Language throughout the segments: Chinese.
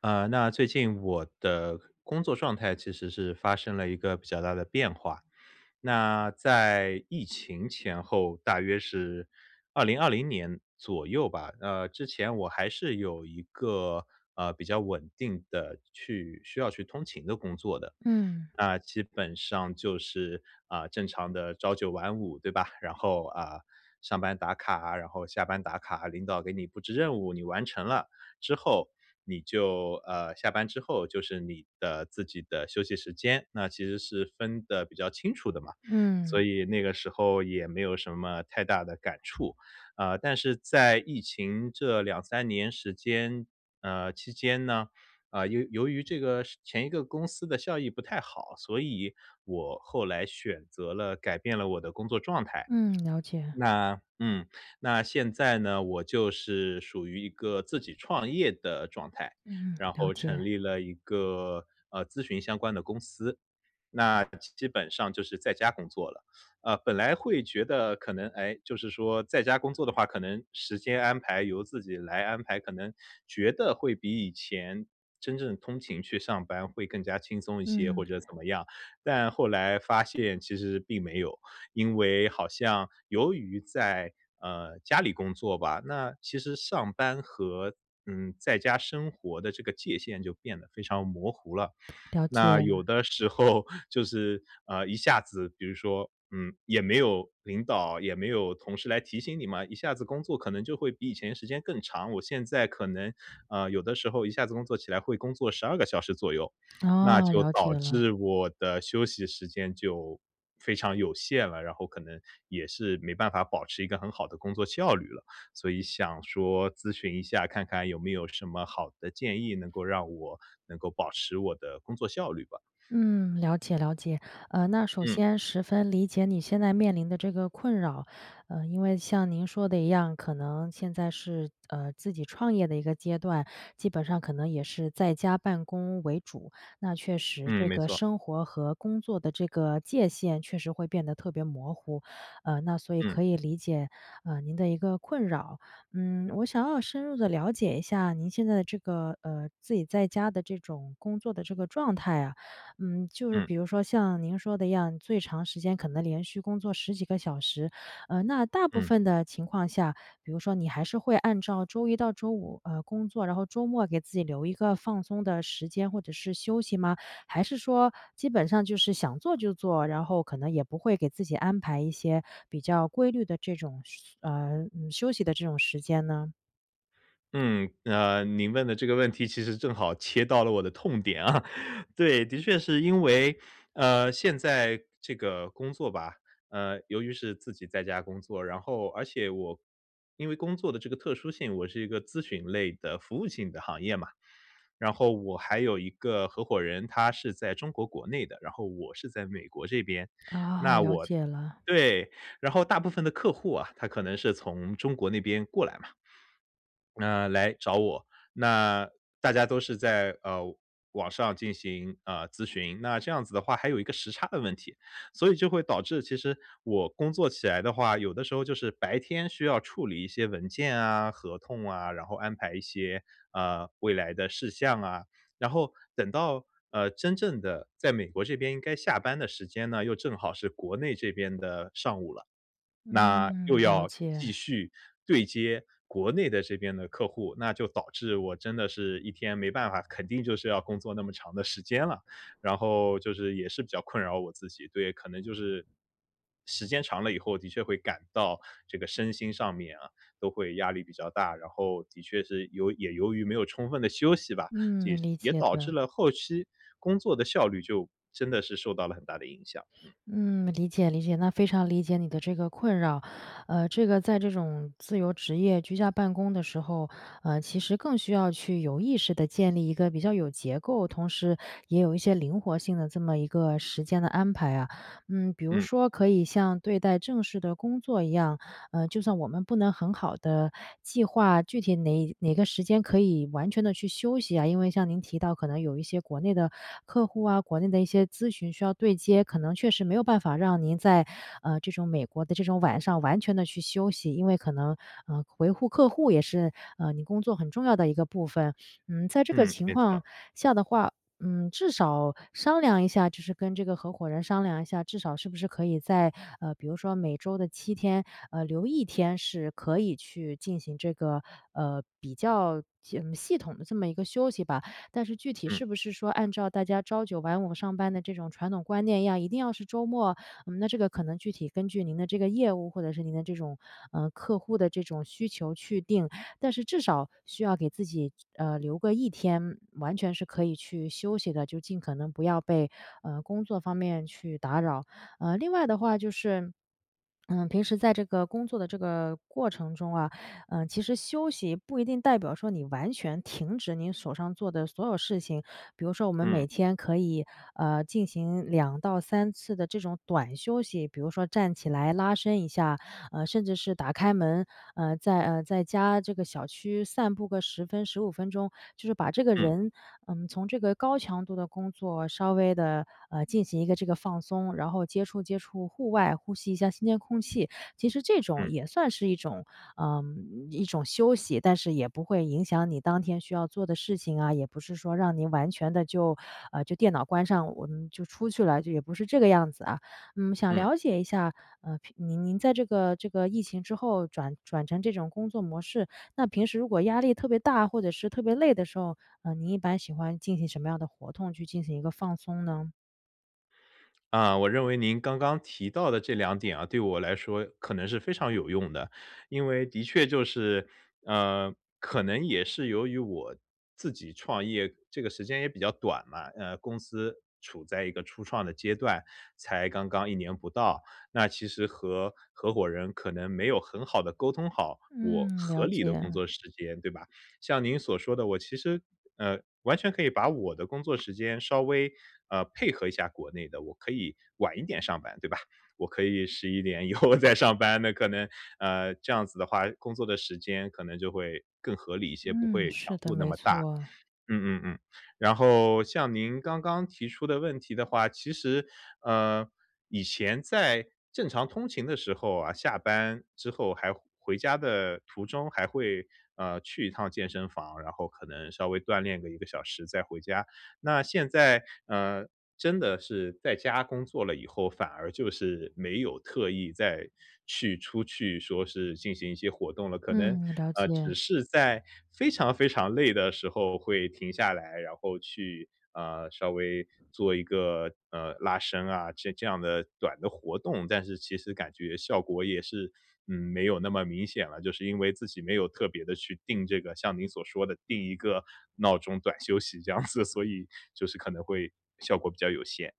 那最近我的工作状态其实是发生了一个比较大的变化。那在疫情前后，大约是2020年左右吧。之前我还是有一个比较稳定的去需要去通勤的工作的。嗯，那基本上就是正常的朝九晚五，对吧？然后上班打卡啊，然后下班打卡，领导给你布置任务，你完成了之后，你就下班之后就是你的自己的休息时间，那其实是分的比较清楚的嘛。所嗯，以那个时候也没有什么太大的感触，但是在疫情这两三年时间，期间呢，由于这个是前一个公司的效益不太好，所以我后来选择了改变了我的工作状态，嗯，了解，那那现在呢，我就是属于一个自己创业的状态，嗯，然了后成解，立了一个，咨询相关的公司。那基本上就是在家工作了。本来会觉得可能，哎，就是说在家工作的话，可能时间安排由自己来安排，可能觉得会比以前真正通勤去上班会更加轻松一些，嗯，或者怎么样。但后来发现其实并没有，因为好像由于在，家里工作吧，那其实上班和，在家生活的这个界限就变得非常模糊了。了那解，有的时候就是，一下子比如说，也没有领导，也没有同事来提醒你嘛，一下子工作可能就会比以前时间更长。我现在可能，有的时候一下子工作起来会工作12个小时左右，那哦，就了解导了。致我的休息时间就非常有限了，然后可能也是没办法保持一个很好的工作效率了。所以想说咨询一下，看看有没有什么好的建议能够让我能够保持我的工作效率吧。嗯，了解了解。那首嗯，先十分理解你现在面临的这个困扰，因为像您说的一样，可能现在是自己创业的一个阶段，基本上可能也是在家办公为主。那确实，嗯，这没个错，生活和工作的这个界限确实会变得特别模糊，那所以嗯，可以理解您的一个困扰。嗯，我想要深入的了解一下您现在的这个自己在家的这种工作的这个状态啊。嗯，就是嗯，比如说像您说的一样，最长时间可能连续工作十几个小时，那大部嗯。分的情况下，比如说你还是会按照周一到周五，工作，然后周末给自己留一个放松的时间或者是休息吗？还是说基本上就是想做就做，然后可能也不会给自己安排一些比较规律的这种休息的这种时间呢？嗯，您问的这个问题其实正好切到了我的痛点啊。对，的确是因为，现在这个工作吧，由于是自己在家工作，然后而且我因为工作的这个特殊性，我是一个咨询类的服务性的行业嘛，然后我还有一个合伙人，他是在中国国内的，然后我是在美国这边。啊，那了我解了，对，然后大部分的客户啊，他可能是从中国那边过来嘛。那来找我，那大家都是在，网上进行，咨询，那这样子的话还有一个时差的问题。所以就会导致其实我工作起来的话，有的时候就是白天需要处理一些文件啊、合同啊，然后安排一些，未来的事项啊。然后等到，真正的在美国这边应该下班的时间呢，又正好是国内这边的上午了。那又嗯，了要继解，续对接国内的这边的客户，那就导致我真的是一天没办法，肯定就是要工作那么长的时间了。然后就是也是比较困扰我自己，对，可能就是时间长了以后，的确会感到这个身心上面啊，都会压力比较大。然后的确是也由于没有充分的休息吧，也嗯，理也解导致的。了后期工作的效率就真的是受到了很大的影响。嗯，嗯，理解理解，那非常理解你的这个困扰。这个在这种自由职业、居家办公的时候，其实更需要去有意识的建立一个比较有结构，同时也有一些灵活性的这么一个时间的安排啊。嗯，比如嗯，说可以像对待正式的工作一样，就算我们不能很好的计划具体哪个时间可以完全的去休息啊，因为像您提到可能有一些国内的客户啊，国内的一些咨询需要对接，可能确实没有办法让您在，这种美国的这种晚上完全的去休息，因为可能，维护客户也是，你工作很重要的一个部分。嗯，在这个嗯，情没况错，下的话，嗯，至少商量一下，就是跟这个合伙人商量一下，至少是不是可以在，比如说每周的7天留一天是可以去进行这个，比较嗯，系统的这么一个休息吧。但是具体嗯，是不是说按照大家朝九晚五上班的这种传统观念一样，一定要是周末，嗯，那这个可能具体根据您的这个业务或者是您的这种，客户的这种需求去定。但是至少需要给自己，留个一天，完全是可以去休息的，就尽可能不要被，工作方面去打扰。另外的话就是，嗯，平时在这个工作的这个过程中啊，嗯，其实休息不一定代表说你完全停止你手上做的所有事情。比如说我们嗯，每天可以，进行2到3次的这种短休息，比如说站起来拉伸一下，甚至是打开门，在家这个小区散步个10分、15分钟，就是把这个嗯。人，嗯，从这个高强度的工作稍微的进行一个这个放松，然后接触接触户外，呼吸一下新鲜空气。其实这种嗯也算是一种，嗯，一种休息，但是也不会影响你当天需要做的事情啊，也不是说让您完全的就就电脑关上，我们就出去了，就也不是这个样子啊。嗯，想嗯，了解一下，您在这个疫情之后转成这种工作模式，那平时如果压力特别大或者是特别累的时候，您一般喜欢进行什么样的活动去进行一个放松呢？啊，我认为您刚刚提到的这两点啊，对我来说可能是非常有用的。因为的确就是，可能也是由于我自己创业这个时间也比较短嘛，公司处在一个初创的阶段，才刚刚一年不到。那其实和合伙人可能没有很好的沟通好我嗯，合了理解，的工作时间，对吧？像您所说的，我其实，完全可以把我的工作时间稍微，配合一下国内的，我可以晚一点上班，对吧？我可以11点以后再上班，那可能，这样子的话，工作的时间可能就会更合理一些，不嗯，会强是的，度那没么大。错，嗯嗯嗯，然后像您刚刚提出的问题的话，其实，呃，以前在正常通勤的时候啊，下班之后还回家的途中还会，去一趟健身房，然后可能稍微锻炼个一个小时再回家。那现在，真的是在家工作了以后，反而就是没有特意再去出去说是进行一些活动了，可能，嗯，了只解。是在非常非常累的时候会停下来，然后去稍微做一个拉伸啊，这样的短的活动，但是其实感觉效果也是没有那么明显了，就是因为自己没有特别的去定这个，像您所说的定一个闹钟短休息这样子，所以就是可能会效果比较有限。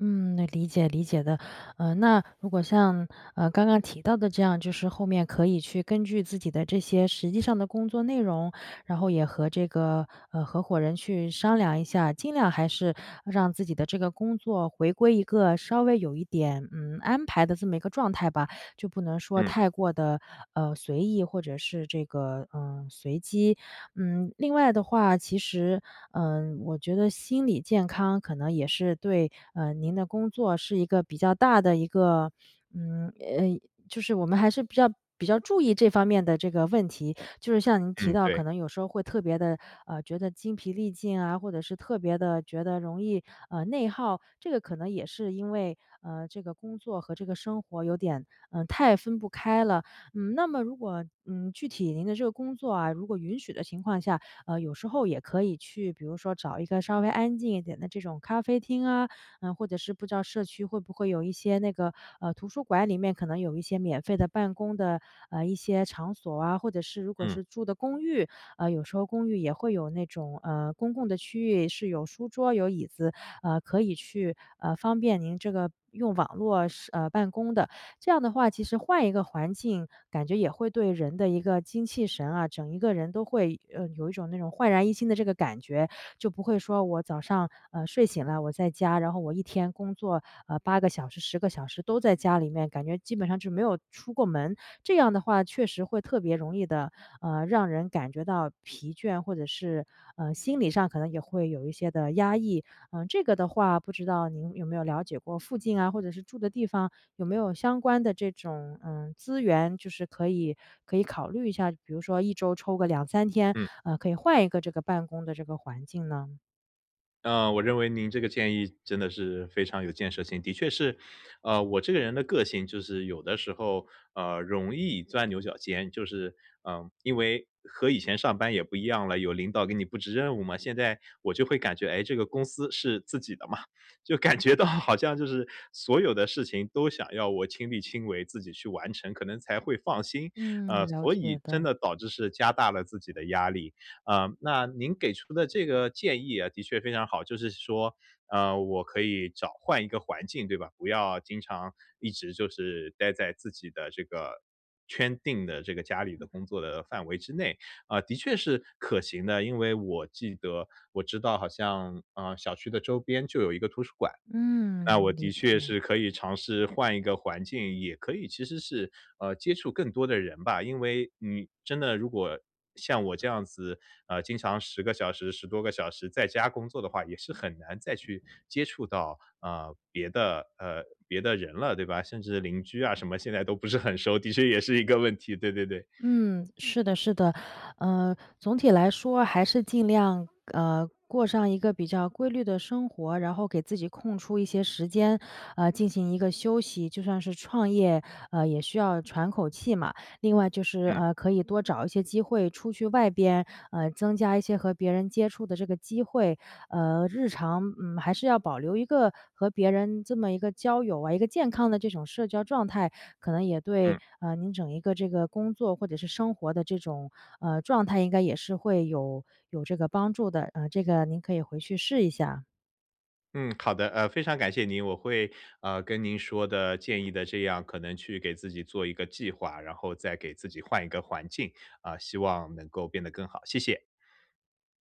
嗯，那理解理解的。那如果像，刚刚提到的这样，就是后面可以去根据自己的这些实际上的工作内容，然后也和这个，合伙人去商量一下，尽量还是让自己的这个工作回归一个稍微有一点，嗯，安排的这么一个状态吧。就不能说嗯太过的随意或者是这个，嗯，随机。嗯，另外的话，其实，嗯，我觉得心理健康可能也是对，您的工作是一个比较大的一个嗯，呃，就是我们还是比较注意这方面的这个问题。就是像您提嗯，到，可对，能有时候会特别的，觉得精疲力尽啊，或者是特别的觉得容易，内耗。这个可能也是因为，这个工作和这个生活有点，太分不开了。嗯，那么如果嗯，具体您的这个工作啊，如果允许的情况下，有时候也可以去，比如说找一个稍微安静一点的这种咖啡厅啊，嗯、或者是不知道社区会不会有一些那个图书馆里面可能有一些免费的办公的一些场所啊，或者是如果嗯是住的公寓，有时候公寓也会有那种公共的区域是有书桌、有椅子，可以去方便您这个。用网络是办公的，这样的话，其实换一个环境，感觉也会对人的一个精气神啊，整一个人都会，有一种那种焕然一新的这个感觉。就不会说我早上，睡醒了我在家，然后我一天工作，8个小时、10个小时都在家里面，感觉基本上就没有出过门。这样的话确实会特别容易的让人感觉到疲倦，或者是，心理上可能也会有一些的压抑。嗯，这个的话，不知道您有没有了解过附近啊，或者是住的地方，有没有相关的这种，嗯，资源，就是可以考虑一下，比如说一周抽个两三天，嗯。可以换一个这个办公的这个环境呢？嗯，我认为您这个建议真的是非常有建设性。的确是，我这个人的个性就是有的时候，容易钻牛角尖，就是，因为和以前上班也不一样了，有领导给你布置任务嘛，现在我就会感觉，哎，这个公司是自己的嘛，就感觉到好像就是所有的事情都想要我亲力亲为，自己去完成，可能才会放心。嗯，了所解以真的，的导致是加大了自己的压力。啊，那您给出的这个建议啊，的确非常好，就是说，我可以换一个环境，对吧？不要经常一直就是待在自己的这个圈定的这个家里的工作的范围之内，啊，的确是可行的。因为我记得我知道好像，小区的周边就有一个图书馆，那我嗯，理的解。确是可以尝试换一个环境，也可以其实是，接触更多的人吧。因为你真的如果像我这样子，经常10个小时、10多个小时在家工作的话，也是很难再去接触到，别的人了，对吧？甚至邻居啊什么，现在都不是很熟，的确也是一个问题，对对对，嗯，是的，是的，总体来说还是尽量过上一个比较规律的生活，然后给自己空出一些时间，进行一个休息。就算是创业，也需要喘口气嘛。另外就是嗯，可以多找一些机会出去外边，增加一些和别人接触的这个机会，日常，嗯，还是要保留一个和别人这么一个交友啊，一个健康的这种社交状态，可能也嗯。对，您整一个这个工作或者是生活的这种，状态应该也是会有这个帮助的，这个您可以回去试一下。嗯，好的，非常感谢您，我会跟您说的建议的这样，可能去给自己做一个计划，然后再给自己换一个环境啊、希望能够变得更好，谢谢。